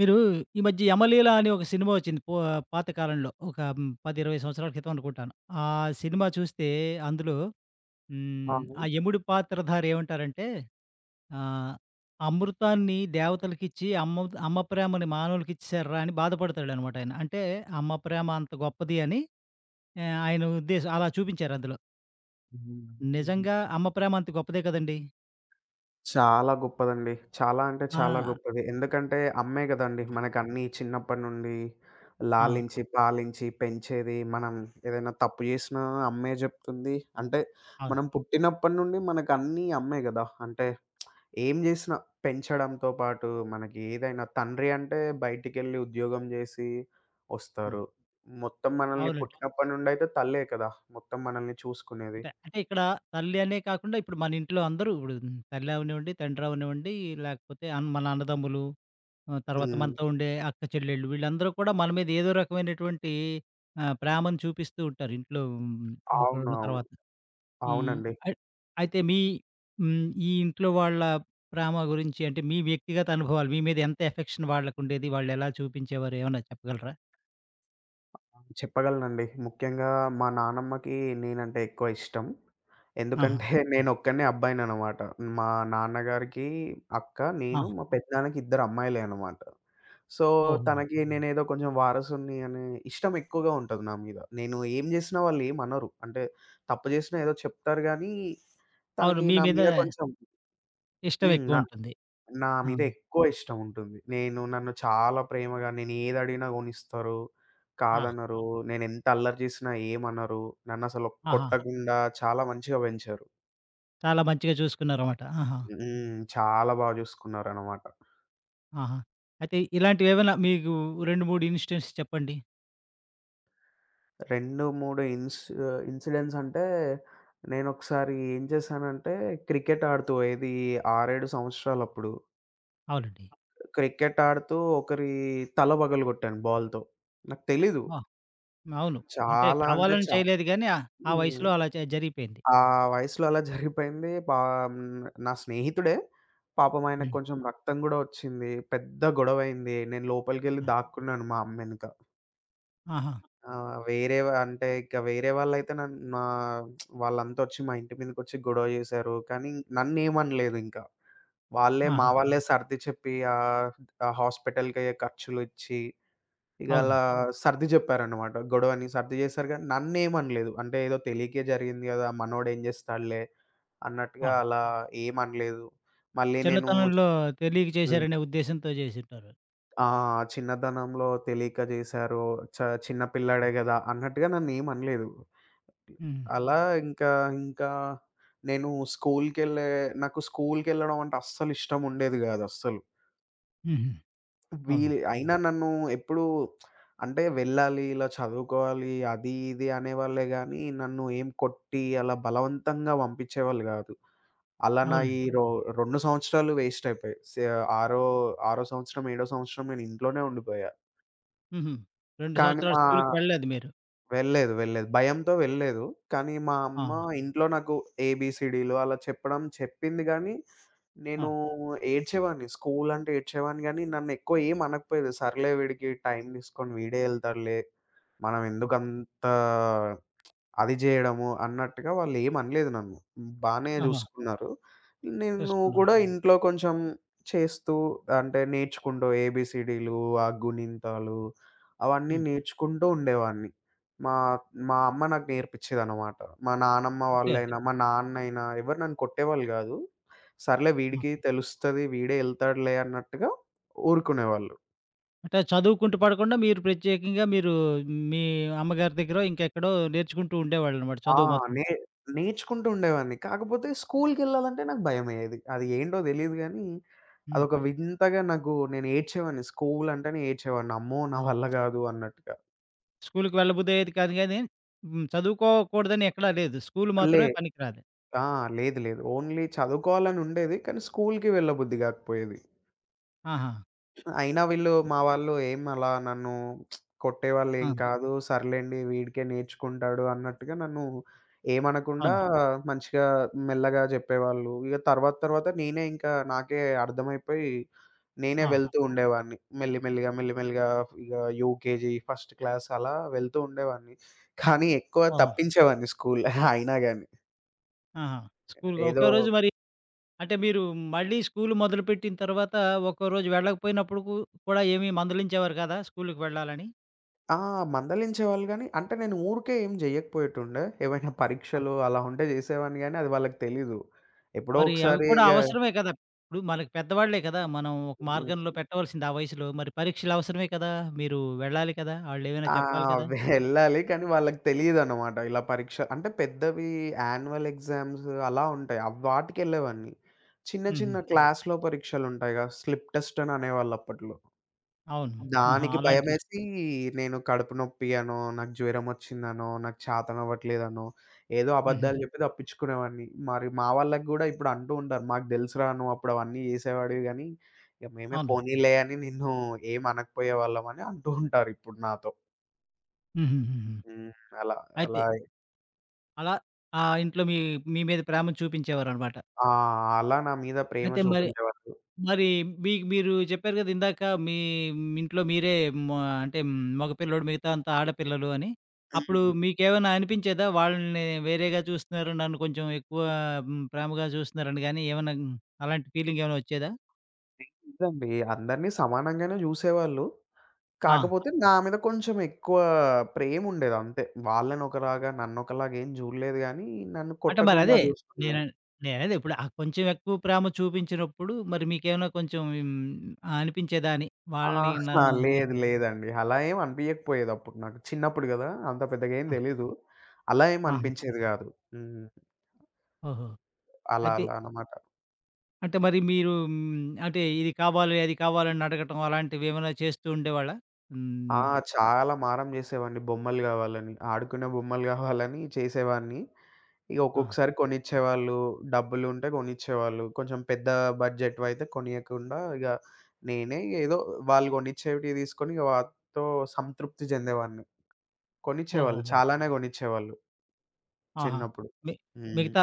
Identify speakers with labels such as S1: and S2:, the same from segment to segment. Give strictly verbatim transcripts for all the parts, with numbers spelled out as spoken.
S1: మీరు ఈ మధ్య 'యమలీల' అని ఒక సినిమా వచ్చింది. పో పాత కాలంలో ఒక హ్మ్, పది, ఇరవై సంవత్సరాల క్రితం అనుకుంటాను. ఆ సినిమా చూస్తే అందులో, హ్మ్, ఆ
S2: అవును.
S1: యముడి పాత్రధారి ఏమంటారంటే, ఆహ్, అమృతాన్ని దేవతలకిచ్చి అమ్మ అమ్మ ప్రేమని మానవులకిచ్చేశార్రా అని బాధపడతాడనమాట ఆయన. అంటే అమ్మ ప్రేమ అంత గొప్పది అని ఆహ్, ఆయన ఉద్దేశం అలా చూపించారు అందులో.
S2: హ్మ్. హ్మ్.
S1: నిజంగా అమ్మ ప్రేమ అంత గొప్పదే కదండీ!
S2: చాలా గొప్పదండి. చాలా అంటే
S1: ఆ!
S2: చాలా గొప్పది. ఎందుకంటే అమ్మే గదండీ మనకన్నీ చిన్నప్పటి నుండి
S1: ఆ!
S2: లాలించి, పాలించి పెంచేది. మనం ఏదైనా తప్పు జేసినా అమ్మే జెప్తుంది. అంటే
S1: అవును.
S2: మనం పుట్టినప్పటి నుండి మనకన్నీ అమ్మే గదా! అంటే ఏం జేసినా పెంచడంతో పాటు మనకి ఏదైనా తండ్రి అంటే బయటికెళ్ళి ఉద్యోగం జేసి
S1: హ్మ్.
S2: ఒస్తారు. మొత్తం మనల్ని
S1: అవునండి.
S2: పుట్టినప్పటి నుండయితే తల్లే కదా! మొత్తం మనల్ని చూసుకునేది.
S1: అంటే అంటే ఇక్కడ తల్లి అనే కాకుండా ఇప్పుడు మన ఇంట్లో అందరూ ఇప్పుడు తల్లి అవనివ్వండి, తండ్రి అవనివ్వండి, లేకపోతే అన్ మన అన్నదమ్ములు, ఆహ్, తర్వాత
S2: హ్మ్.
S1: మనతో ఉండే అక్క చెల్లెళ్ళు వీళ్ళందరూ కూడా మన మీద ఏదో రకమైనటువంటి ఆహ్, ప్రేమను చూపిస్తూ ఉంటారు ఇంట్లో. హ్మ్, ఒకరున్న
S2: అవునవును.
S1: తర్వాత. ఈ
S2: అవునండి.
S1: అయి అయితే మీ, హ్మ్, ఈ ఇంట్లో వాళ్ళ ప్రేమ గురించి అంటే మీ వ్యక్తిగత అనుభవాలు మీ మీద ఎంత ఎఫెక్షన్ వాళ్ళకుండేది? వాళ్ళెలా చూపించేవారు? ఏమన్నా చెప్పగలరా?
S2: చెప్పగలనండి. ముఖ్యంగా మా నానమ్మకి నేనంటే ఎక్కువ ఇష్టం.
S1: ఆహా!
S2: ఎందుకంటే నేనొక్కడినే అబ్బాయిననమాట. మా నాన్నగారికి అక్క,
S1: ఆ!
S2: నేను, మా పెదనాన్నకి ఇద్దరు అమ్మాయిలే అనమాట. సో,
S1: ఓహో!
S2: తనకి నేనేదో కొంచెం వారసుడిని అనే ఇష్టం ఎక్కువగా ఉంటది నా మీద. నేను ఏం జేసినా వాళ్ళేమనరు. అంటే తప్పు జేసినా ఏదో చెప్తారు గానీ,
S1: అవును.
S2: తనకి
S1: మీ
S2: నా
S1: మీద
S2: మీద కొంచెం
S1: ఇష్టం
S2: హ్మ్.
S1: ఎక్కువుంటుంది.
S2: నా
S1: ఆ!
S2: మీద ఎక్కువ ఇష్టం ఉంటుంది. నేను నన్ను చాలా ప్రేమగా నేను ఏదడిగినా కొనిస్తారు.
S1: ఆ!
S2: కాదనరు. నేనెంత అల్లరి చేసినా ఏమనరు. నన్నసలు
S1: ఆహా!
S2: కొట్టకుండా చాలా మంచిగా పెంచారు.
S1: చాలా మంచిగా చూసుకున్నారన్నమాట. ఆహా!
S2: హ్మ్. చాలా బా చూసుకున్నారనమాట.
S1: ఆహా! అయితే ఇలాంటివేవైనా మీకు రెండు, మూడు ఇన్‌స్టెన్స్ చెప్పండి?
S2: రెండు, మూడు ఇన్స్ ఇన్సిడెంట్స్ అంటే నేనొకసారి ఏం చేశానంటే క్రికెట్ ఆడుతూ ఏది ఆరు, ఏడు సంవత్సరాలప్పుడు.
S1: అవునండి.
S2: క్రికెట్ ఆడుతూ ఒకరి తల పగలగొట్టాను బాల్‌తో. నాకు తెలీదు.
S1: ఆ! అవును. అంటే
S2: చాలా అంటే
S1: కావాలని
S2: చా
S1: చేయలేదు గానీ ఆ ఆ
S2: హ్మ్.
S1: వయసులో అలా జ జరిగిపోయింది.
S2: ఆ వయసులో అలా జరిగిపోయింది. పా హ్మ్. నా స్నేహితుడే. పాపం ఆయనకు
S1: హ్మ్.
S2: కొంచెం రక్తం గూడా వచ్చింది. పెద్ద గొడవయింది. నేను లోపలికెళ్ళి
S1: ఆ!
S2: దాక్కున్నాను మా అమ్మ ఎనక.
S1: ఆహా!
S2: ఆహ్, వేరే వా అంటే ఇక వేరే వాళ్ళైతే నన్ నా వాళ్ళంతా వచ్చి మా ఇంటి మీదకొచ్చి గొడవ చేశారు. కానీ నన్నేమనలేదు ఇంకా. వాళ్ళే మా
S1: ఆహా!
S2: వాళ్ళే సర్ది చెప్పి ఆహ్, ఆ హాస్పిటల్‌కయ్యే ఖర్చులిచ్చి ఇక
S1: అవును.
S2: అలా సర్ది జెప్పారనమాట. గొడవని సర్ది జేశారు గానీ నన్నేమనలేదు. అంటే ఏదో తెలియకే జరిగింది గదా! మనోడేం జేస్తాడులే
S1: ఆ!
S2: అన్నట్టుగా అలా ఏమనలేదు. మళ్ళీ నేను
S1: చిన్నతనంలో తెలియక
S2: హ్మ్.
S1: చేశారనే ఉద్దేశంతో చేసుంటారు.
S2: ఆ! చిన్నతనంలో తెలియక జేశారు. చ చిన్న
S1: హ్మ్.
S2: పిల్లాడే గదా! అన్నట్టుగా నన్నేమనలేదు.
S1: హ్మ్.
S2: అలా ఇంకా, ఇంకా నేను స్కూలుకెళ్ళే నాకు స్కూలుకెళ్ళడం అంటే అస్సలు ఇష్టం ఉండేది గాదు అస్సలు.
S1: హుహు. అవును.
S2: వీలు అయినా నన్ను ఎప్పుడూ అంటే వెళ్ళాలి, ఇలా చదువుకోవాలి, అది ఇది అనేవాళ్ళే గానీ, నన్ను ఏం కొట్టి అలా బలవంతంగా పంపించేవాళ్ళు గాదు. అలా నా ఈ
S1: అవునండి.
S2: రొ రెండు సంవత్సరాలు వేస్ట్ అయిపోయాయి. సె ఆరో, ఆరో సంవత్సరం, ఏడో సంవత్సరం నేను ఇంట్లోనే ఉండిపోయా.
S1: హుహు. రెండు
S2: కానీ
S1: సంవత్సరాలు
S2: మా
S1: స్కూలుకి వెళ్ళలేదు మీరు.
S2: వెళ్ళలేదు. వెళ్ళలేదు. భయంతో వెళ్ళలేదు. కానీ మా
S1: ఆ!
S2: అమ్మ ఇంట్లో నాకు ఏబీసీడీలు అలా చెప్పడం చెప్పింది గానీ,
S1: ఆ!
S2: నేను ఏడ్చేవాడిని. స్కూల్ అంటే ఏడ్చేవాడిని గానీ, నన్నెక్కువ ఏం అనకపోయేది. సర్లే వీడికి టైం తీసుకొని వీడే ఎళ్తాడులే. మనం ఎందుకంత అది జేయడము అన్నట్టుగా వాళ్ళేమనలేదు నన్ను. బానే
S1: ఆహా!
S2: జూసుకున్నారు. నేను
S1: చేసుకున్నారు.
S2: గూడా ఇంట్లో కొంచెం చేస్తూ అంటే నేర్చుకుంటూ ఏబీసీడీలు, ఆ గుణింతాలు అవన్నీ
S1: హ్మ్.
S2: నేర్చుకుంటూ ఉండేవాడిని. మా మా అమ్మ నాకు నేర్పిచ్చేదనమాట. మా నానమ్మ ఓకే.
S1: అంతే.
S2: వాళ్ళైనా, మా నాన్నయినా ఎవరు నన్ను కొట్టేవాళ్ళు గాదు. సర్లే వీడికి తెలుస్తది, వీడే ఎళ్తాడులే అన్నట్టుగా ఊరుకునేవాళ్ళు.
S1: అంటే చదువుకుంటూ పడకుండా మీరు ప్రత్యేకంగా మీరు మీ అమ్మగారి దగ్గరో, ఇంకెక్కడో నేర్చుకుంటూ ఉండేవాళ్ళనమాట
S2: ఆ!
S1: చదువు మాత్రం.
S2: నే నేర్చుకుంటూ ఉండేవాడిని. కాకపోతే స్కూల్‌కెళ్ళాలంటే నాకు భయమయ్యేది. అది ఏంటో తెలీదు గానీ,
S1: హ్మ్.
S2: అదొక వింతగా నాకు నేను ఏడ్చేవాడిని. స్కూల్ అంటేనే ఏడ్చేవాడిని. అమ్మో! నా వల్ల గాదు అన్నట్టుగా.
S1: స్కూలుకి వెళ్ళబుద్ధి అయ్యేది కాదు గానీ, హ్మ్. చదువుకోకూడదని ఎక్కడా లేదు. స్కూలు
S2: లే
S1: మాత్రమే పనికిరాదు.
S2: ఆ! లేదు లేదు. ఓన్లీ చదువుకోవాలని ఉండేది. కానీ స్కూల్‌కి వెళ్ళబుద్ధి గాకపోయేది.
S1: ఆహా!
S2: అయినా వీళ్ళు మా వాళ్ళు ఏం అలా నన్ను
S1: ఆ!
S2: కొట్టేవాళ్ళేం కాదు. సర్లేండి వీడికే నేర్చుకుంటాడు అన్నట్టుగా నన్ను ఏమనకుండా
S1: అవును.
S2: మంచిగా మెల్లగా జెప్పేవాళ్ళు. ఇగ తర్వాత తర్వాత నేనే ఇంకా నాకే అర్థమైపోయి నేనే
S1: ఆ!
S2: వెళ్తూ ఉండేవాడిని. మెల్లిమెల్లిగా, మెల్లిమెల్లిగా ఇగ యూకేజీ, ఫస్ట్ క్లాస్ అలా వెళ్తూ ఉండేవాడిని. కానీ ఎక్కువ
S1: ఓహో!
S2: తప్పించేవాడిని స్కూల్ అయినా గాని.
S1: ఆహా! స్కూలుకి
S2: ఏదో
S1: ఒకే రోజు మరి అంటే మీరు మళ్ళీ స్కూలు మొదలుపెట్టిన తర్వాత, ఒక్కో రోజు వెళ్ళకపోయినప్పుడు కు కూడా ఏమీ మందలించేవారు కాదా స్కూలుకి వెళ్ళాలని?
S2: ఆ! మందలించేవాళ్ళు గానీ, అంటే నేను ఊరికే ఏం జేయకపోయేటుండే. ఏవైనా పరీక్షలు అలా ఉంటే జేసేవాడిని గానీ, అది వాళ్ళకి తెలీదు. ఎప్పుడో
S1: మరి అవి
S2: ఒకసారి
S1: కూడా
S2: ఇగ
S1: అవసరమే కదా! ఇప్పుడు మనకి పెద్దవాళ్ళే కదా! మనం ఒక మార్గంలో
S2: హ్మ్.
S1: పెట్టవలసింది ఆ వయసులో. మరి పరీక్షలు అవసరమే కదా! మీరు వెళ్ళాలి కదా! ఆళ్ళేమైనా
S2: ఆ!
S1: చెప్పాలి కదా!
S2: అవే వెళ్ళాలి. కానీ వాళ్ళకి తెలీదనమాట. ఇలా పరీక్ష అంటే పెద్దవి యాన్యువల్ ఎగ్జామ్స్ అలా ఉంటాయి. అవ్ వాటికెళ్ళేవాడిని. చిన్న
S1: హుహు.
S2: చిన్న క్లాస్‌లో పరీక్షలుంటాయిగా స్లిప్ టెస్ట్ అని అనేవాళ్ళు అప్పట్లో.
S1: అవును. ఆహా!
S2: దానికి
S1: అలాంటి విషయం.
S2: భయమేసి నేను కడుపు నొప్పి అనో, నాకు జ్వరమొచ్చిందనో, నాకు చేతనవ్వట్లేదనో, ఏదో
S1: హుహు.
S2: అబద్ధాలు చెప్పి తప్పించుకునేవాడిని. మరి మా వాళ్ళకి గూడా ఇప్పుడు అంటూ ఉంటారు. "మాకు తెలుసురా నువ్వు అప్పుడు అవన్నీ చేసేవాడివి గానీ, ఇక మేమే
S1: అవును.
S2: పోనీలే అని నిన్ను ఏమి అనకపోయేవాళ్ళం" అని అంటూ ఉంటారు ఇప్పుడు నాతో.
S1: హుహుహుహు.
S2: హ్మ్. అలా
S1: అయితే
S2: అలా
S1: అలా ఆ ఇంట్లో మీ మీ మీద ప్రేమను చూపించేవారనమాట.
S2: ఆ! అలా నా మీద ప్రేమ
S1: అయితే మరి
S2: చూపించేవాళ్ళు.
S1: మరి మీకు మీరు చెప్పారు కదా ఇందాక మీ ఇంట్లో మీరే మొ అంటే మగ పిల్లోడు మిగతా అంతా ఆడపిల్లలు అని. అప్పుడు
S2: హ్మ్.
S1: మీకేమైనా అనిపించేదా? వాళ్ళని వేరేగా చూస్తున్నారు. నన్ను కొంచెం ఎక్కువ హ్మ్, ప్రేమగా చూస్తున్నారని గాని ఏమన్నా అలాంటి ఫీలింగ్ ఏమైనా వచ్చేదా?
S2: నిజండి. అందరిని సమానంగానే చూసేవాళ్ళు.
S1: ఆ!
S2: కాకపోతే నా మీద కొంచెం ఎక్కువ ప్రేముండేది అంతే. వాళ్ళనొకలాగా, నన్నొకలాగా ఏం జూడలేదు గానీ, నన్ను
S1: అంటే మరి
S2: కొట్టకుండా
S1: అదే
S2: హ్మ్.
S1: నేను
S2: జూసుకునేది.
S1: నేనదే ఇప్పుడు ఆ కొంచెం ఎక్కువ ప్రేమ చూపించినప్పుడు మరి మీకేమైనా కొంచెం హ్మ్, అనిపించేదా అని? వాళ్ళని
S2: ఆహా!
S1: నన్ను ఏ
S2: లేదు లేదండి. అలా ఏం అనిపియకపోయేది అప్పుడు నాకు. చిన్నప్పుడు గదా! అంత పెద్దగా ఏం
S1: ఆ!
S2: తెలీదు. అలా ఏం
S1: ఆహా!
S2: అనిపించేది గాదు. హ్మ్.
S1: ఓహో!
S2: అలా
S1: అయితే
S2: అలా అన్నమాట.
S1: అంటే మరి మీరు, హ్మ్, అంటే ఇది కావాలి, అది కావాలని అడగటం అలాంటివేమైనా చేస్తూ ఉండేవాళ్ళా? హ్మ్.
S2: ఆ! చాలా మారం జేసేవాడిని. బొమ్మలు గావాలని, ఆడుకునే బొమ్మలు గావాలని చేసేవాడిని. ఇగ
S1: ఆ!
S2: ఒక్కొక్కసారి కొనిచ్చేవాళ్ళు. డబ్బులుంటే కొనిచ్చేవాళ్ళు. కొంచెం పెద్ద బడ్జెట్‌వయితే కొనియకుండా ఇగ నేనే ఏదో వాళ్ళు కొనిచ్చేవి తీసుకొని ఇగ వాటితో సంతృప్తి చెందేవాడిని. కొనిచ్చేవాళ్ళు.
S1: ఓహోహో!
S2: చాలానే కొనిచ్చేవాళ్ళు
S1: ఆహా!
S2: చిన్నప్పుడు.
S1: మి
S2: హ్మ్.
S1: మిగతా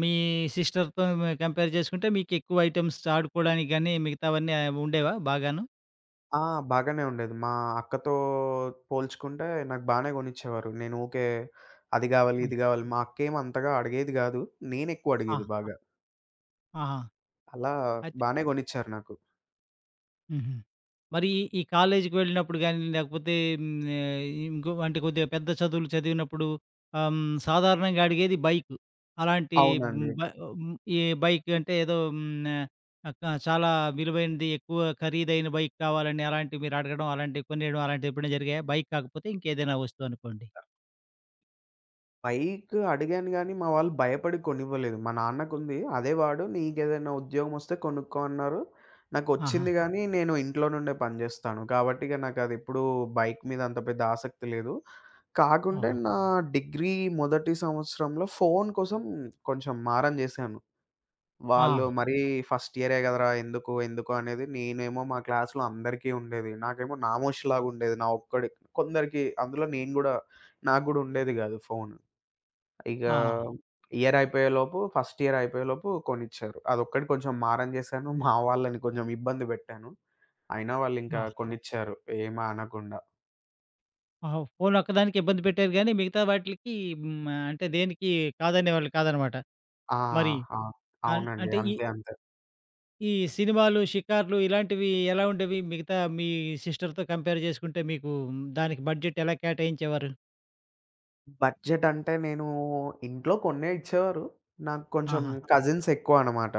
S1: మీ సిస్టర్‌తో కంపేర్ చేసుకుంటే మీకెక్కువ ఐటెమ్స్ ఆడుకోవడానికి గాని మిగతావన్నీ ఆ, ఉండేవా బాగాను?
S2: ఆ! బాగానే ఉండేది. మా అక్కతో పోల్చుకుంటే నాకు బానే కొనిచ్చేవారు. నేను ఊకే అది గావాలి,
S1: హ్మ్.
S2: ఇది గావాలి మా అక్కేమి అంతగా అడిగేది గాదు. నేనెక్కువ
S1: ఆ!
S2: అడిగేది బాగా.
S1: ఆహా!
S2: అలా
S1: అయితే
S2: బానే కొనిచ్చారు నాకు.
S1: హుహు. మరి ఈ ఈ కాలేజీకి వెళ్ళినప్పుడు గానీ, లేకపోతే, హ్మ్, ఆహ్, ఇంకో అంటే కొద్దిగా పెద్ద చదువులు చదివినప్పుడు, ఆహ్, హ్మ్, సాధారణంగా అడిగేది బైకు. అలాంటి, హ్మ్,
S2: అవునండి.
S1: బ హ్మ్, ఈ బైక్ అంటే ఏదో, హ్మ్, ఆహ్, క చాలా విలువైనది, ఎక్కువ ఖరీదైన బైక్ కావాలని అలాంటివి మీరు అడగడం, అలాంటివి కొనియడం అలాంటివి ఎప్పుడైనా జరిగాయా? బైక్ కాకపోతే ఇంకేదైనా వస్తువు అనుకోండి.
S2: పైకి అడిగాను గానీ, మా వాళ్ళు భయపడి కొనివ్వలేదు. మా నాన్నకుంది, అదే వాడు. "నీకేదైనా ఉద్యోగమొస్తే కొనుక్కో" అన్నారు.
S1: ఆహా!
S2: నాకొచ్చింది హ్మ్. గానీ, నేను ఇంట్లో నుండే పని జేస్తాను. కాబట్టి ఇగ నాకదెప్పుడూ బైక్ మీద అంత పెద్ద ఆసక్తి లేదు. కాకుంటే
S1: ఓహో!
S2: నా డిగ్రీ మొదటి సంవత్సరంలో ఫోను కోసం కొంచెం మారం జేశాను.
S1: ఆ!
S2: వాళ్ళు మరీ "ఫస్ట్ ఇయరే గదరా! ఎందుకు? ఎందుకు?" అనేది. నేనేమో మా క్లాస్‌లో అందరికీ ఉండేది. నాకేమో నామోషీలాగుండేది. నా ఒక్కడికి. కొందరికి అందులో నేను గూడా నాకు గూడా ఉండేది గాదు ఫోను. ఇక
S1: ఆ!
S2: ఇయర్ అయిపోయేలోపు ఫస్ట్ ఇయర్ అయిపోయేలోపు కొనిచ్చారు. అదొక్కటి కొంచెం మారం చేశాను. మా వాళ్ళని కొంచెం ఇబ్బంది పెట్టాను. అయినా వాళ్ళింకా
S1: ఆ!
S2: కొనిచ్చారు ఏమి అనకుండా.
S1: ఆ! ఫోన్ ఒక్కదానికి ఇబ్బంది పెట్టారు గానీ, మిగతా వాటిలకి, హ్మ్, అంటే దేనికి కాదనేవాళ్ళు కాదనమాట.
S2: ఆ!
S1: మరి
S2: ఆ!
S1: అన్
S2: అవునండి.
S1: అంటే ఈ
S2: అంతే. అంతే.
S1: ఈ సినిమాలు, షికార్లు ఇలాంటివి ఎలా ఉండేవి? మిగతా మీ సిస్టర్‌తో కంపేర్ చేసుకుంటే మీకు, మ్, దానికి బడ్జెట్ ఎలా కేటాయించేవారు?
S2: బడ్జెట్ అంటే నేను ఇంట్లో కొన్నే ఇచ్చేవారు. నాకు కొంచెం
S1: ఆహా!
S2: కజిన్స్ ఎక్కువ అన్నమాట.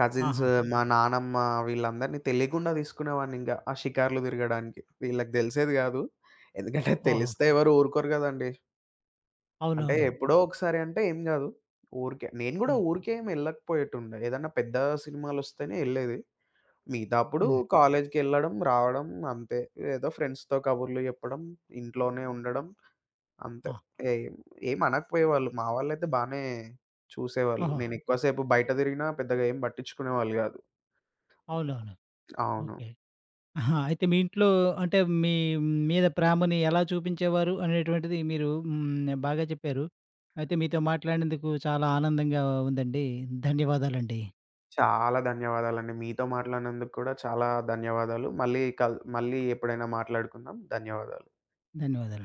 S2: కజిన్స్
S1: ఆహా!
S2: మా నానమ్మ వీళ్ళందరిని తెలియకుండా తీసుకునేవాడినింకా. ఆ షికార్లు తిరగడానికి. వీళ్ళకి తెలిసేది కాదు. ఎందుకంటే
S1: ఓహో!
S2: తెలిస్తే ఎవరు ఊరుకోరు కదండీ! అంటే
S1: అవునవును.
S2: ఎప్పుడో ఒకసారి అంటే ఏం గాదు. ఊరికే నేను గూడా
S1: హ్మ్.
S2: ఊరికే ఏమి ఎళ్ళకపోయేటుండే. ఏదన్నా పెద్ద సినిమాలొస్తేనే ఎళ్ళేది. మిగతాప్పుడు
S1: హ్మ్.
S2: కాలేజికెళ్ళడం, రావడం అంతే. ఏదో ఫ్రెండ్స్‌తో కబుర్లు జెప్పడం, ఇంట్లోనే ఉండడం అంతే.
S1: ఆ!
S2: ఏం ఏం అనకపోయేవాళ్ళు. మా వాళ్ళైతే బానే చూసేవాళ్ళు.
S1: ఓహో!
S2: నేనెక్కువ సేపు బయట తిరిగినా పెద్దగా ఏం పట్టించుకునేవాళ్ళు గాదు.
S1: అవునవును.
S2: అవును.
S1: ఓకే. ఆహా! అయితే మీ ఇంట్లో అంటే మీ మీద ప్రేమని ఎలా చూపించేవారు అనేటువంటిది మీరు హ్మ్. బాగా చెప్పారు. అయితే మీతో మాట్లాడినందుకు చాలా ఆనందంగా ఉందండి. ధన్యవాదాలండి.
S2: చాలా ధన్యవాదాలండి. మీతో మాట్లాడినందుకు కూడా చాలా ధన్యవాదాలు. మళ్ళీ కల్ మళ్ళీ ఎప్పుడైనా మాట్లాడుకుందాం. ధన్యవాదాలు.
S1: ధన్యవాదాలు.